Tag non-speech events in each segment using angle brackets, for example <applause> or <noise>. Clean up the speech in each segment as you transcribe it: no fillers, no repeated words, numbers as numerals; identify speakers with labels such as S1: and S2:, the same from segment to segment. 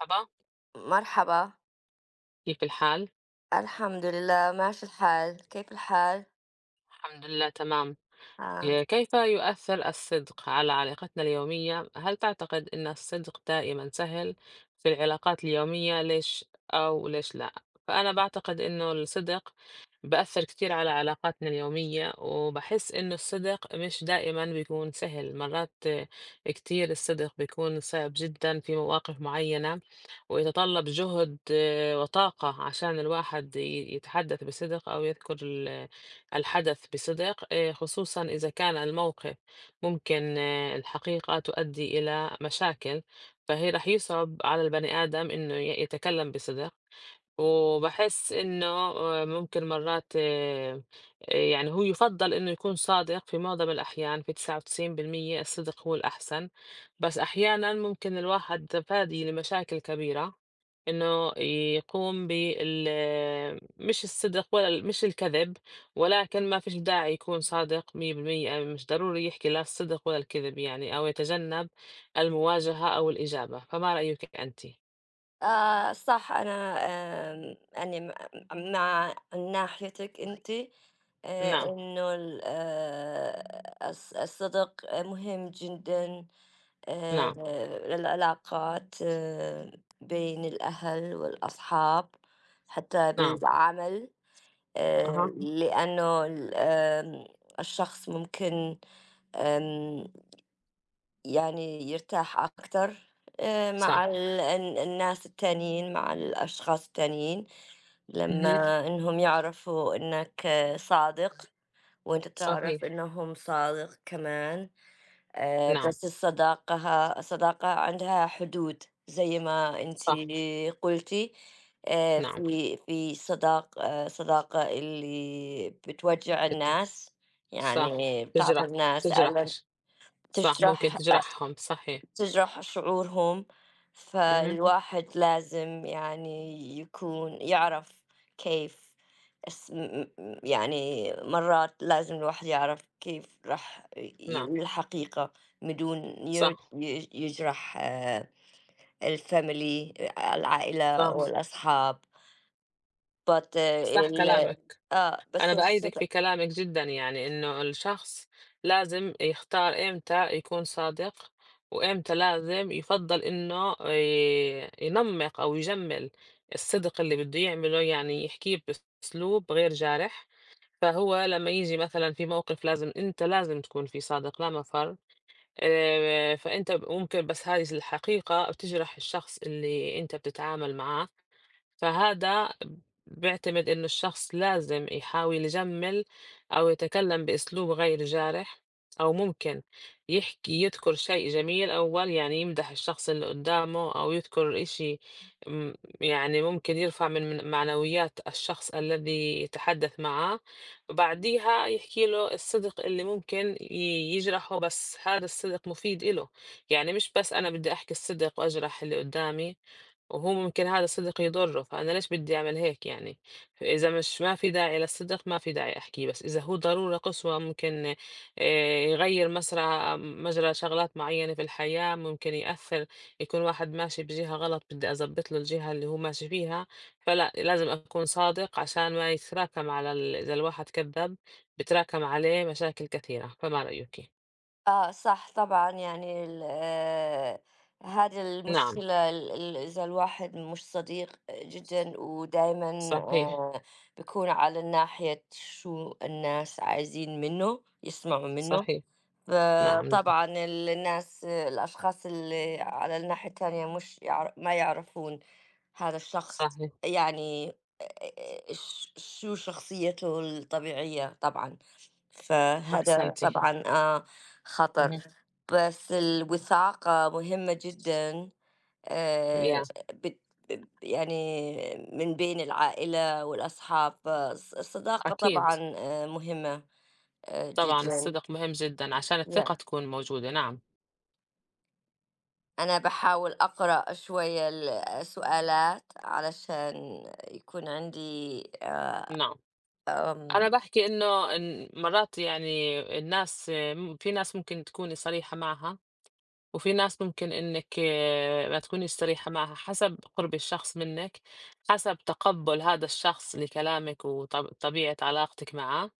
S1: مرحبا
S2: مرحبا.
S1: كيف الحال؟
S2: الحمد لله ماشي الحال. كيف الحال؟
S1: الحمد لله تمام
S2: آه.
S1: كيف يؤثر الصدق على علاقتنا اليومية؟ هل تعتقد أن الصدق دائما سهل في العلاقات اليومية؟ ليش أو ليش لا؟ فأنا بعتقد أنه الصدق بأثر كتير على علاقاتنا اليومية وبحس أنه الصدق مش دائما بيكون سهل مرات كتير الصدق بيكون صعب جدا في مواقف معينة ويتطلب جهد وطاقة عشان الواحد يتحدث بصدق أو يذكر الحدث بصدق، خصوصا إذا كان الموقف ممكن، الحقيقة تؤدي إلى مشاكل. فهي رح يصعب على البني آدم إنه يتكلم بصدق وباحس إنه ممكن مرّات يعني هو يُفضّل إنه يكون صادق في معظم الأحيان، في 99% الصدق هو الأحسن، بس أحيانًا ممكن الواحد فادي لمشاكل كبيرة إنه يقوم بال مش الصدق ولا ال مش الكذب، ولكن ما فيش داعي يكون صادق 100%. يعني مش ضروري يحكي لا الصدق ولا الكذب يعني، أو يتجنب المواجهة أو الإجابة، فما رأيِك أنتِ؟
S2: آه صح. أنا أني مع ناحيتك أنت،
S1: نعم،
S2: إنه الصدق مهم جدا، آه،
S1: نعم،
S2: للعلاقات، بين الأهل والأصحاب، حتى
S1: نعم،
S2: بالعمل،
S1: أها.
S2: لأنه ال- آم، الشخص ممكن يعني يرتاح أكتر مع
S1: صح،
S2: ال ال الناس التانيين، مع الأشخاص التانيين،
S1: اهم،
S2: لمّا إنهم يعرفوا إنك صادق وأنت تعرف
S1: صحيح،
S2: إنهم صادق كمان.
S1: نعم،
S2: بس الصداقة، الصداقة عندها حدود زي ما أنتِ
S1: صح،
S2: قُلتِ.
S1: نعم،
S2: في صداقة اللي بتوجّع الناس،
S1: صح،
S2: يعني بتعطي
S1: تجرح
S2: الناس ألم،
S1: تجرحش، صح، ممكن
S2: تجرح أ
S1: تجرحهم، صحيح،
S2: تجرح شعورهم.
S1: اهم،
S2: فالواحد لازم يعني يكون يعرف كيف، يعني مرات لازم الواحد يعرف كيف راح
S1: نعم،
S2: يقول الحقيقة بدون
S1: صح،
S2: يجرح الفاميلي، العائلة أو
S1: صح،
S2: الأصحاب. but
S1: صح كلامك، أنا
S2: بس
S1: بأيدِك
S2: الصدق.
S1: في كلامِك جدًا يعني إنه الشخص لازم يختار إمتى يكون صادق، وإمتى لازم يُفضّل إنه ي ينمّق أو يجمّل الصدق اللي بده يعمله، يعني يحكيه بأسلوب غير جارح. فهو لمّا ييجي مثلًا في موقف لازم أنت لازم تكون فيه صادق لا مفر، فأنت ممكن بس هذه الحقيقة بتجرح الشخص اللي أنت بتتعامل معاه. فهذا بيعتمد إنه الشخص لازم يحاول يجمل أو يتكلم بأسلوب غير جارح أو ممكن يحكي يذكر شيء جميل أول يعني يمدح الشخص اللي قدامه أو يذكر إشي م- يعني ممكن يرفع من معنويات الشخص الذي يتحدث معاه وبعديها يحكي له الصدق اللي ممكن يجرحه بس هذا الصدق مفيد إله. يعني مش بس أنا بدي أحكي الصدق وأجرح اللي قدامي وهو ممكن هذا الصدق يضره فأنا ليش بدي أعمل هيك يعني إذا مش ما في داعي للصدق ما في داعي أحكيه بس إذا هو ضرورة قصوى ممكن آه، يغير مسرع مجرى شغلات معينة في الحياة ممكن يأثر يكون واحد ماشي بجهة غلط بدي أظبط له الجهة اللي هو ماشي فيها فلا لازم أكون صادق عشان ما يتراكم على ال... إذا الواحد كذب بتراكم عليه مشاكل كثيرة فما رأيك؟
S2: آه صح. طبعًا يعني ال هذه
S1: نعم
S2: المشكلة، ال ال إذا الواحد مش صديق جدًا ودايمًا
S1: صحيح
S2: آآ بيكون على ناحية شو الناس عايزين منه، يسمعوا منه.
S1: صحيح نعم نعم
S2: فطبعًا الناس، الأشخاص اللي على الناحية التانية مش ما يعرفون هذا الشخص،
S1: صحيح
S2: يعني ش شو شخصيته الطبيعية طبعًا. فهذا
S1: أحسنتي
S2: طبعا خطر.
S1: مهم.
S2: بس الوثاقة مهمة جدا. آه
S1: يا
S2: بت يعني من بين العائلة والأصحاب، الصداقة
S1: أكيد
S2: طبعا مهمة
S1: طبعًا
S2: جدا.
S1: الصدق مهم جدًا عشان
S2: yeah.
S1: الثقة تكون موجودة، نعم،
S2: أنا بحاول أقرأ شوية السؤالات علشان يكون عندي
S1: نعم، أنا
S2: أم-
S1: باحكي إنه إن مرات يعني الناس م في ناس ممكن تكوني صريحة معها، وفي ناس ممكن إنِّك، ما تكونيش صريحة معها، حسب قرب الشخص منِّك، حسب تقبُّل هذا الشخص لكلامِك وط طبيعة علاقتِك معاه.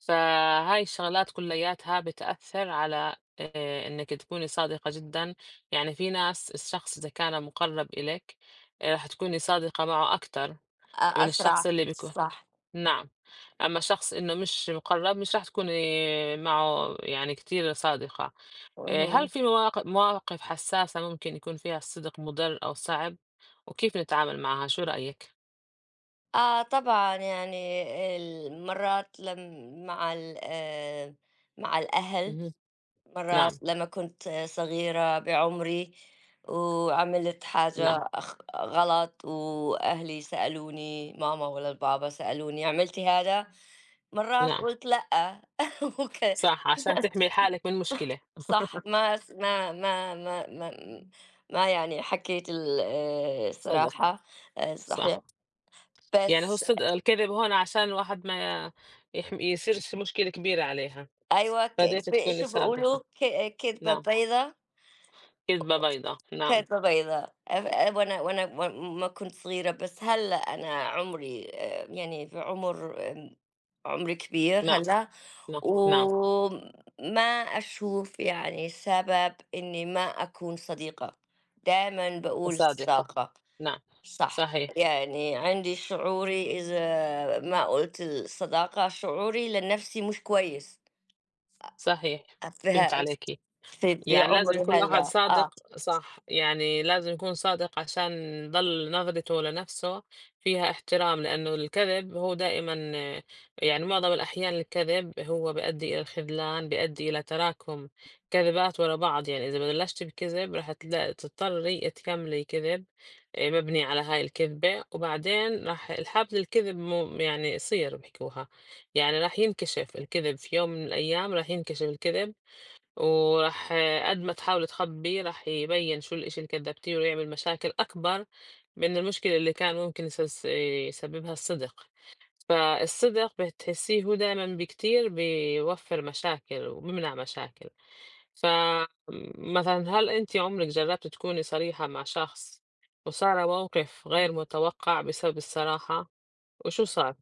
S1: فهاي الشغلات كلياتها بتأثر على، إنك تكوني صادقة جدا يعني في ناس الشخص إذا كان مقرب إليك، رح تكوني صادقة معه أكتر من الشخص
S2: أسرع.
S1: اللي بيكون
S2: صح.
S1: نعم. أما شخص إنه مش مقرب مش رح تكوني معه يعني كتير صادقة. هل
S2: مهم.
S1: في مواقف مواقف حساسة ممكن يكون فيها الصدق مضر أو صعب وكيف نتعامل معها شو رأيك؟
S2: طبعًا يعني مرات لم مع ال آآ مع الأهل.
S1: مهم.
S2: مرات
S1: نعم
S2: لمّا كنت صغيرة بعمري، وعملت حاجة
S1: نعم
S2: غلط، وأهلي سألوني، ماما والّا البابا سألوني: "عملتِ هذا؟" مرات
S1: نعم
S2: قُلت: "لأ." <laughs> وك
S1: صح عشان تحمي حالك من مشكلة
S2: صح. ما س ما ما ما ما ما يعني حكيت ال
S1: صدق
S2: الصراحة. صحيح.
S1: صح، يعني هو
S2: بس
S1: الصدق الكذب هون عشان الواحد ما يح ما يصيرش مشكلة كبيرة عليها،
S2: أيوه، ك
S1: بديت
S2: ب
S1: تكوني
S2: شو بيقولوا،
S1: صادقة،
S2: كدبة
S1: نعم،
S2: بيضا،
S1: كذبة بيضا، نعم،
S2: كدبة بيضا. أف أ وأنا ما كنت صغيرة. بس هلّأ أنا عمري، يعني في عُمر، عُمر كبير
S1: نعم،
S2: هلّأ.
S1: نعم، نعم،
S2: وما أشوف يعني سبب إني ما أكون صديقة، دايمًا باقول
S1: صادقة،
S2: الصداقة.
S1: نعم،
S2: صح.
S1: صحيح،
S2: يعني عندي شعوري، إذا ما قُلت الصداقة شعوري لنَفْسي مش كويس،
S1: صحيح،
S2: أ في ها
S1: فهمت عليكِ.
S2: في في
S1: يعني لازم
S2: عمري
S1: يكون الواحد
S2: هلّا. آه.
S1: صادق صح يعني لازم يكون صادق عشان يضل نظرته لنفسه فيها احترام لأنه الكذب هو دائما، يعني معظم الأحيان الكذب هو بيؤدي إلى الخذلان بيؤدي إلى تراكم كذبات ورا بعض يعني إذا بلشتي بكذب رح تضطري تكملي كذب، مبني على هاي الكذبة وبعدين راح الحبل الكذب مو يعني يصير بحكوها يعني راح ينكشف الكذب في يوم من الأيام راح ينكشف الكذب وراح، قد ما تحاول تخبّيه راح يبيّن شو الإشي اللي كدّبتيه ويعمل مشاكل أكبر من المشكلة اللي كان ممكن يسس يسببها الصدق، فالصدق بتحسّيه هو دايمًا بكتير بيوفّر مشاكل وبيمنع مشاكل، فمثلًا هل أنتِ عمرِك جرّبتِ تكوني صريحة مع شخص وصار موقف غير متوقع بسبب الصراحة، وشو صار؟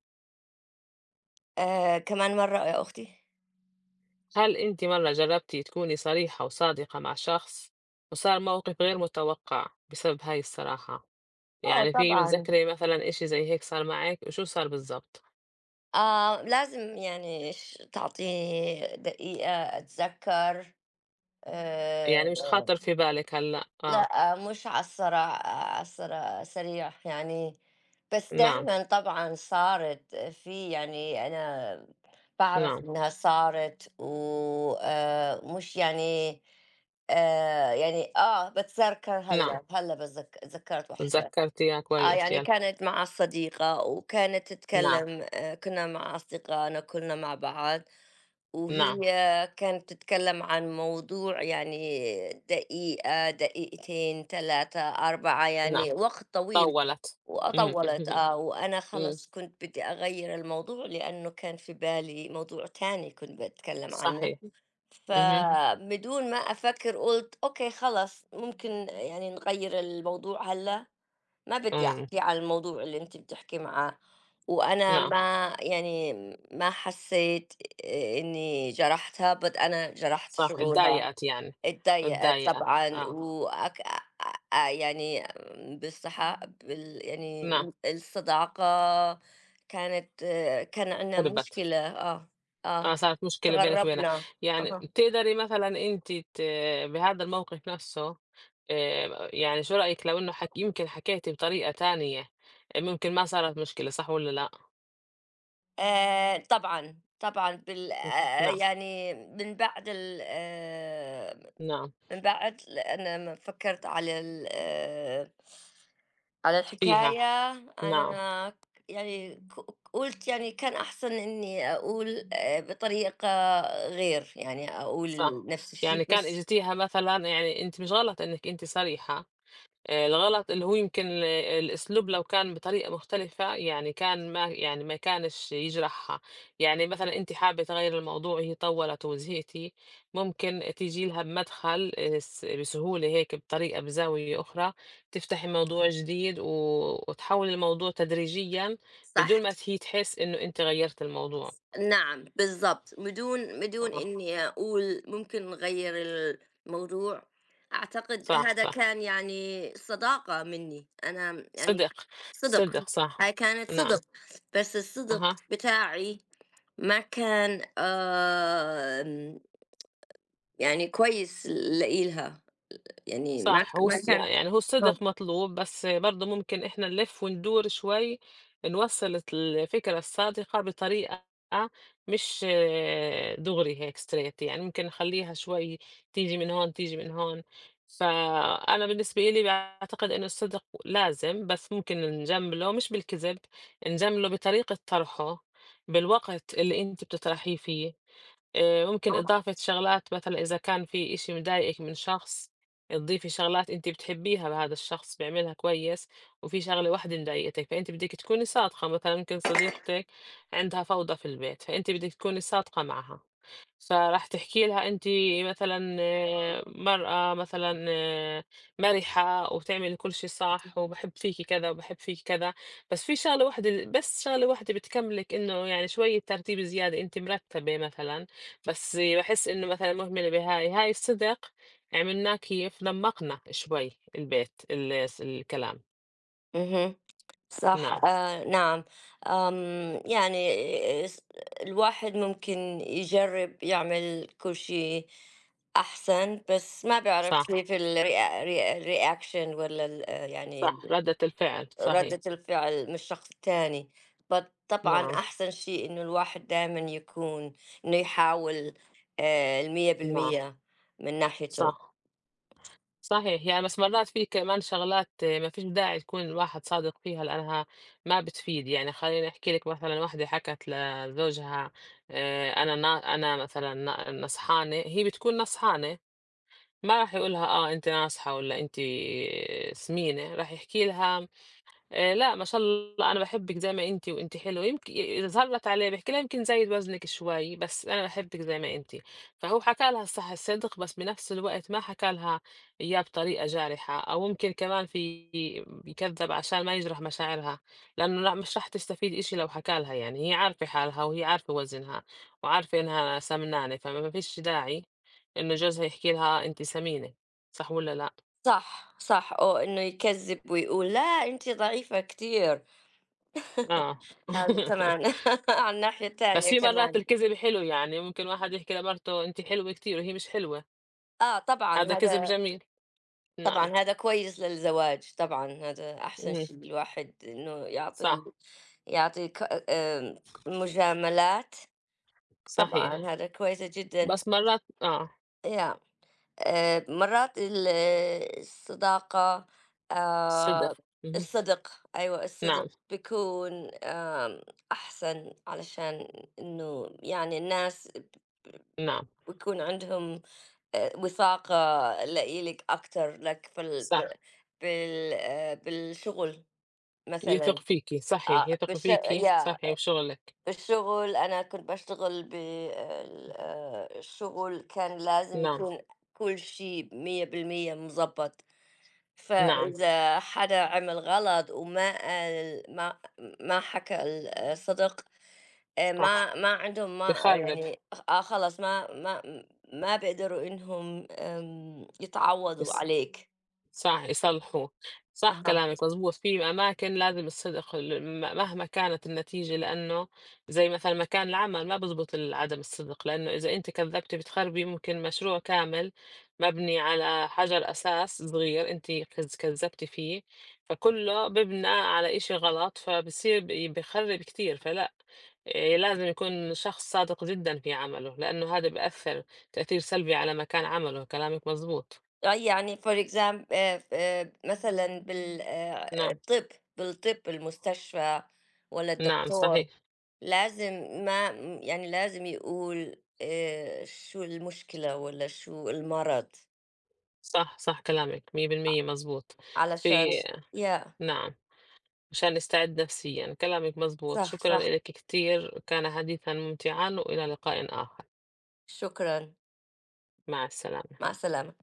S2: كمان مرّة يا أختي؟
S1: هل أنتِ مرّة جرّبتِ تكوني صريحة وصادقة مع شخص وصار موقف غير متوقع بسبب هاي الصراحة؟
S2: آه
S1: يعني في
S2: طبعًا.
S1: متذكرة مثلًا إشي زي هيك صار معِك، وشو صار بالضبط؟
S2: لازم يعني تعطيني دقيقة أتذكّر.
S1: يعني
S2: آآ
S1: مش خاطر في بالِك هلّأ، آه،
S2: لأ، مش على الصرع على الصرا سريع يعني. بس
S1: نعم،
S2: دايمًا طبعًا صارت، في يعني، أنا باعرف
S1: نعم،
S2: إنها صارت و مش يعني. يعني باتذكّر
S1: نعم،
S2: هلّا، هلّا اتذكّرت واحدة.
S1: تذكّرت إياه كويس
S2: يعني
S1: يلّا،
S2: كانت مع صديقة وكانت
S1: نعم،
S2: تتكلم، كنا مع أصدقائنا، كنا مع بعض، وهي
S1: نعم،
S2: كانت تتكلم عن موضوع، يعني دقيقة دقيقتين ثلاثة أربعة،
S1: نعم،
S2: يعني وقت طويل
S1: طوّلت، إمم،
S2: وأطولت.
S1: اهم،
S2: وأنا
S1: إمم، <laughs>
S2: خلص كنت بدي أغير الموضوع لأنه كان في بالي موضوع تاني كنت بتكلم عنه.
S1: صحيح، اهم،
S2: فبدون ما أفكر قلت: أوكي، خلص، ممكن يعني نغير الموضوع هلا، ما بدي
S1: إمم،
S2: أحكي على الموضوع اللي أنتِ بتحكي معاه. وأنا
S1: نعم،
S2: ما يعني، ما حسيت إني جرحتها، but أنا جرحت
S1: صح،
S2: شعورها.
S1: اتضايقت يعني،
S2: اتضايقت
S1: اتضايقت،
S2: طبعًا.
S1: آه،
S2: وأك أ أ يعني بالصحة، يعني
S1: نعم،
S2: الصداقة، كانت كان عندنا
S1: هربت.
S2: مشكلة.
S1: آه،
S2: آه،
S1: صارت مشكلة بينك وبينها،
S2: تغرّبنا.
S1: يعني
S2: أها.
S1: بتقدري مثلًا أنتِ ت بهذا الموقف نفسه يعني شو رأيِك لو إنه حك يمكن حكيتِ بطريقة تانية، ممكن ما صارت مشكلة صح والّا لأ؟
S2: طبعًا، طبعًا بال
S1: م- نعم،
S2: يعني
S1: نعم،
S2: من بعد، أنا ما فكّرت على
S1: فيها،
S2: الحكاية.
S1: نعم،
S2: أنا يعني قُلت يعني كان أحسن إنّي أقول بطريقة غير، يعني أقول
S1: صح،
S2: نفس الشي
S1: يعني كان
S2: بس.
S1: إجيتيها مثلًا يعني أنتِ مش غلط إنِك أنتِ صريحة. الغلط اللي هو يمكن ال الأسلوب لو كان بطريقة مختلفة، يعني كان ما يعني ما كانش يجرحها، يعني مثلًا أنتِ حابة تغيّري الموضوع هي طوّلت وزهقتِ، ممكن تيجي لها بمدخل الس بسهولة هيك بطريقة بزاوية أخرى، تفتحي موضوع جديد و وتحوّلي الموضوع تدريجيًا
S2: صح.
S1: بدون ما هي تحس إنه أنتِ غيّرتِ الموضوع.
S2: نعم بالضبط، بدون
S1: آه،
S2: إني أقول ممكن نغيّر الموضوع. أعتقد
S1: صح،
S2: هذا
S1: صح،
S2: كان يعني صداقة منّي. أنا يعني
S1: صدق،
S2: صِدق.
S1: صدق، صح،
S2: هاي كانت
S1: نعم،
S2: صِدق. بس الصِدق
S1: أها.
S2: بتاعي ما كان، يعني كويس لإلها. يعني
S1: صح هو
S2: ما
S1: الص
S2: كان.
S1: يعني هو
S2: آه،
S1: الصدق مطلوب، بس برضه ممكن إحنا نلِف وندور شوي، نوصّل الت الفكرة الصادقة بطريقة مش، دغري هيك straight يعني ممكن نخلّيها شوي تيجي من هون، تيجي من هون، فأنا بالنسبة إلي باعتقد إنه الصدق لازم، بس ممكن نجمله مش بالكذب، نجمله بطريقة طرحه، بالوقت اللي أنتِ بتطرحيه فيه. ممكن إضافة شغلات مثلًا إذا كان في إشي مضايقِك من شخص، تضيفي شغلات أنتِ بتحبيها بهذا الشخص بيعملها كويس، وفي شغلة واحدة مضايقتِك، فأنتِ بدِك تكوني صادقة، مثلًا ممكن صديقتِك عندها فوضى في البيت، فأنتِ بدِك تكوني صادقة معها. فراح تحكي لها أنتِ مثلًا، مرأة مثلًا، مَرِحة وبتعملي كل شي صح وباحب فيكِ كذا وباحب فيكِ كذا، بس في شغلة واحدة بس شغلة واحدة بتكملِك إنه يعني شوية ترتيب زيادة، أنتِ مرتبة مثلًا، بس باحس إنه مثلًا مهملة بهاي، هاي الصدق عملناك كيف لمّقنا شوي البيت ال الس الكلام،
S2: اهم. صح.
S1: نعم،
S2: آه. نعم. يعني، آه، س- الواحد ممكن يجرب يعمل كل شيء أحسن، بس ما بعرف
S1: صح،
S2: كيف الرياكشن ولا يعني
S1: صح، ردة الفعل،
S2: ردة
S1: صحيح،
S2: الفعل من الشخص الثاني. بس طبعا
S1: نعم،
S2: أحسن شيء إنه الواحد دائما يكون، إنه يحاول، المية
S1: نعم،
S2: بالمية من ناحيته.
S1: صح. صحيح، يعني بس مرّات في كمان شغلات ما فيش داعي تكون الواحد صادق فيها لأنها ما بتفيد، يعني خلّيني أحكي لِك مثلًا واحدة حكت لزوجها أنا نا أنا مثلًا نا نصحانة، هي بتكون نصحانة، ما راح يقول لها آه أنتِ ناصحة والّا أنتِ سمينة، راح يحكي لها لأ ما شاء الله أنا باحبِّك زي ما أنتِ وأنتِ حلوة، يمكن يظهر لها تعليق باحكي لها يمكن زايد وزنِك شوي، بس أنا باحبِّك زي ما أنتِ، فهو حكى لها الصح الصدق، بس بنفس الوقت ما حكى لها إياه بطريقة جارحة، أو ممكن كمان في يكذّب عشان ما يجرح مشاعرها، لإنه لأ مش راح تستفيد إشي لو حكى لها يعني، هي عارفة حالها وهي عارفة وزنها، وعارفة إنها سمنانة، فما فيش داعي إنه جوزها يحكي لها أنتِ سمينة، صح والّا لأ؟
S2: صح صح. أو إنه يكذب ويقول لا أنت ضعيفة كتير.
S1: آه.
S2: هذا
S1: <laughs>
S2: كمان <laughs> على الناحية
S1: بس
S2: التانية
S1: في مرّات
S2: كمان.
S1: الكذب حلو يعني، ممكن واحد يحكي لمرته أنتِ حلوة كتير وهي مش حلوة،
S2: آه طبعًا
S1: هذا كذب جميل،
S2: طبعًا
S1: نعم،
S2: هذا كويس للزواج طبعًا. هذا أحسن
S1: إمم،
S2: شي، الواحد إنه يعطي ال
S1: صح،
S2: يعطي ك آآ مجاملات. طبعًا
S1: صحيح،
S2: هذا كويسة جدًا.
S1: بس مرّات آه،
S2: yeah. مرات الصداقة،
S1: صدق،
S2: آآ
S1: اهم،
S2: الصدق. أيوه الصدق
S1: نعم،
S2: بيكون أحسن علشان إنه يعني الناس
S1: نعم،
S2: بيكون عندهم وثائقة، لاقي لِك أكتر لك في ال
S1: صح،
S2: ب بال بالشغل
S1: يثق
S2: مثلًا.
S1: فيكِ، صحيح،
S2: آه،
S1: يثق
S2: بالش
S1: فيكِ،
S2: ياه.
S1: صحيح، وشغلِك،
S2: بالشغل أنا كنت باشتغل بال الشغل كان لازم
S1: نعم،
S2: يكون كل شيء 100% مضبّط.
S1: نعم،
S2: فإذا حدا عمل غلط وما قال، ما حكى الصدق.
S1: صح،
S2: ما عندهم ما
S1: بيخرّب،
S2: يعني. خلاص ما بيقدروا إنهم يتعوّضوا
S1: بس
S2: عليك.
S1: صح، يصلحوه، صح
S2: أها.
S1: كلامِك مضبوط، في أماكن لازم الصدق ال م مهما كانت النتيجة لإنه زي مثلًا مكان العمل ما بزبط ال عدم الصدق، لإنه إذا أنتِ كذّبتِ بتخربي ممكن مشروع كامل مبني على حجر أساس صغير أنتِ كذ كذّبتِ فيه، فكلّه بيبنى على إشي غلط، فبصير بي بيخرب كتير، فلأ لازم يكون شخص صادق جدًا في عمله، لإنه هذا بأثّر تأثير سلبي على مكان عمله، كلامِك مضبوط،
S2: يعني for exam ف مثلًا بال
S1: نعم،
S2: الطِب، بالطِب، المستشفى والّا
S1: نعم
S2: الدكتور
S1: صحيح.
S2: لازم ما يعني لازم يقول شو المشكلة والّا شو المرض
S1: صح، صح كلامِك، 100% مضبوط،
S2: علشان.
S1: في
S2: ياه.
S1: نعم، مشان نستعد نفسيًا، كلامِك مضبوط،
S2: صح،
S1: شكرًا
S2: صح.
S1: إلِك كتير، كان حديثًا ممتعًا، وإلى لقاء آخر،
S2: شكرًا.
S1: مع السلامة.
S2: مع السلامة.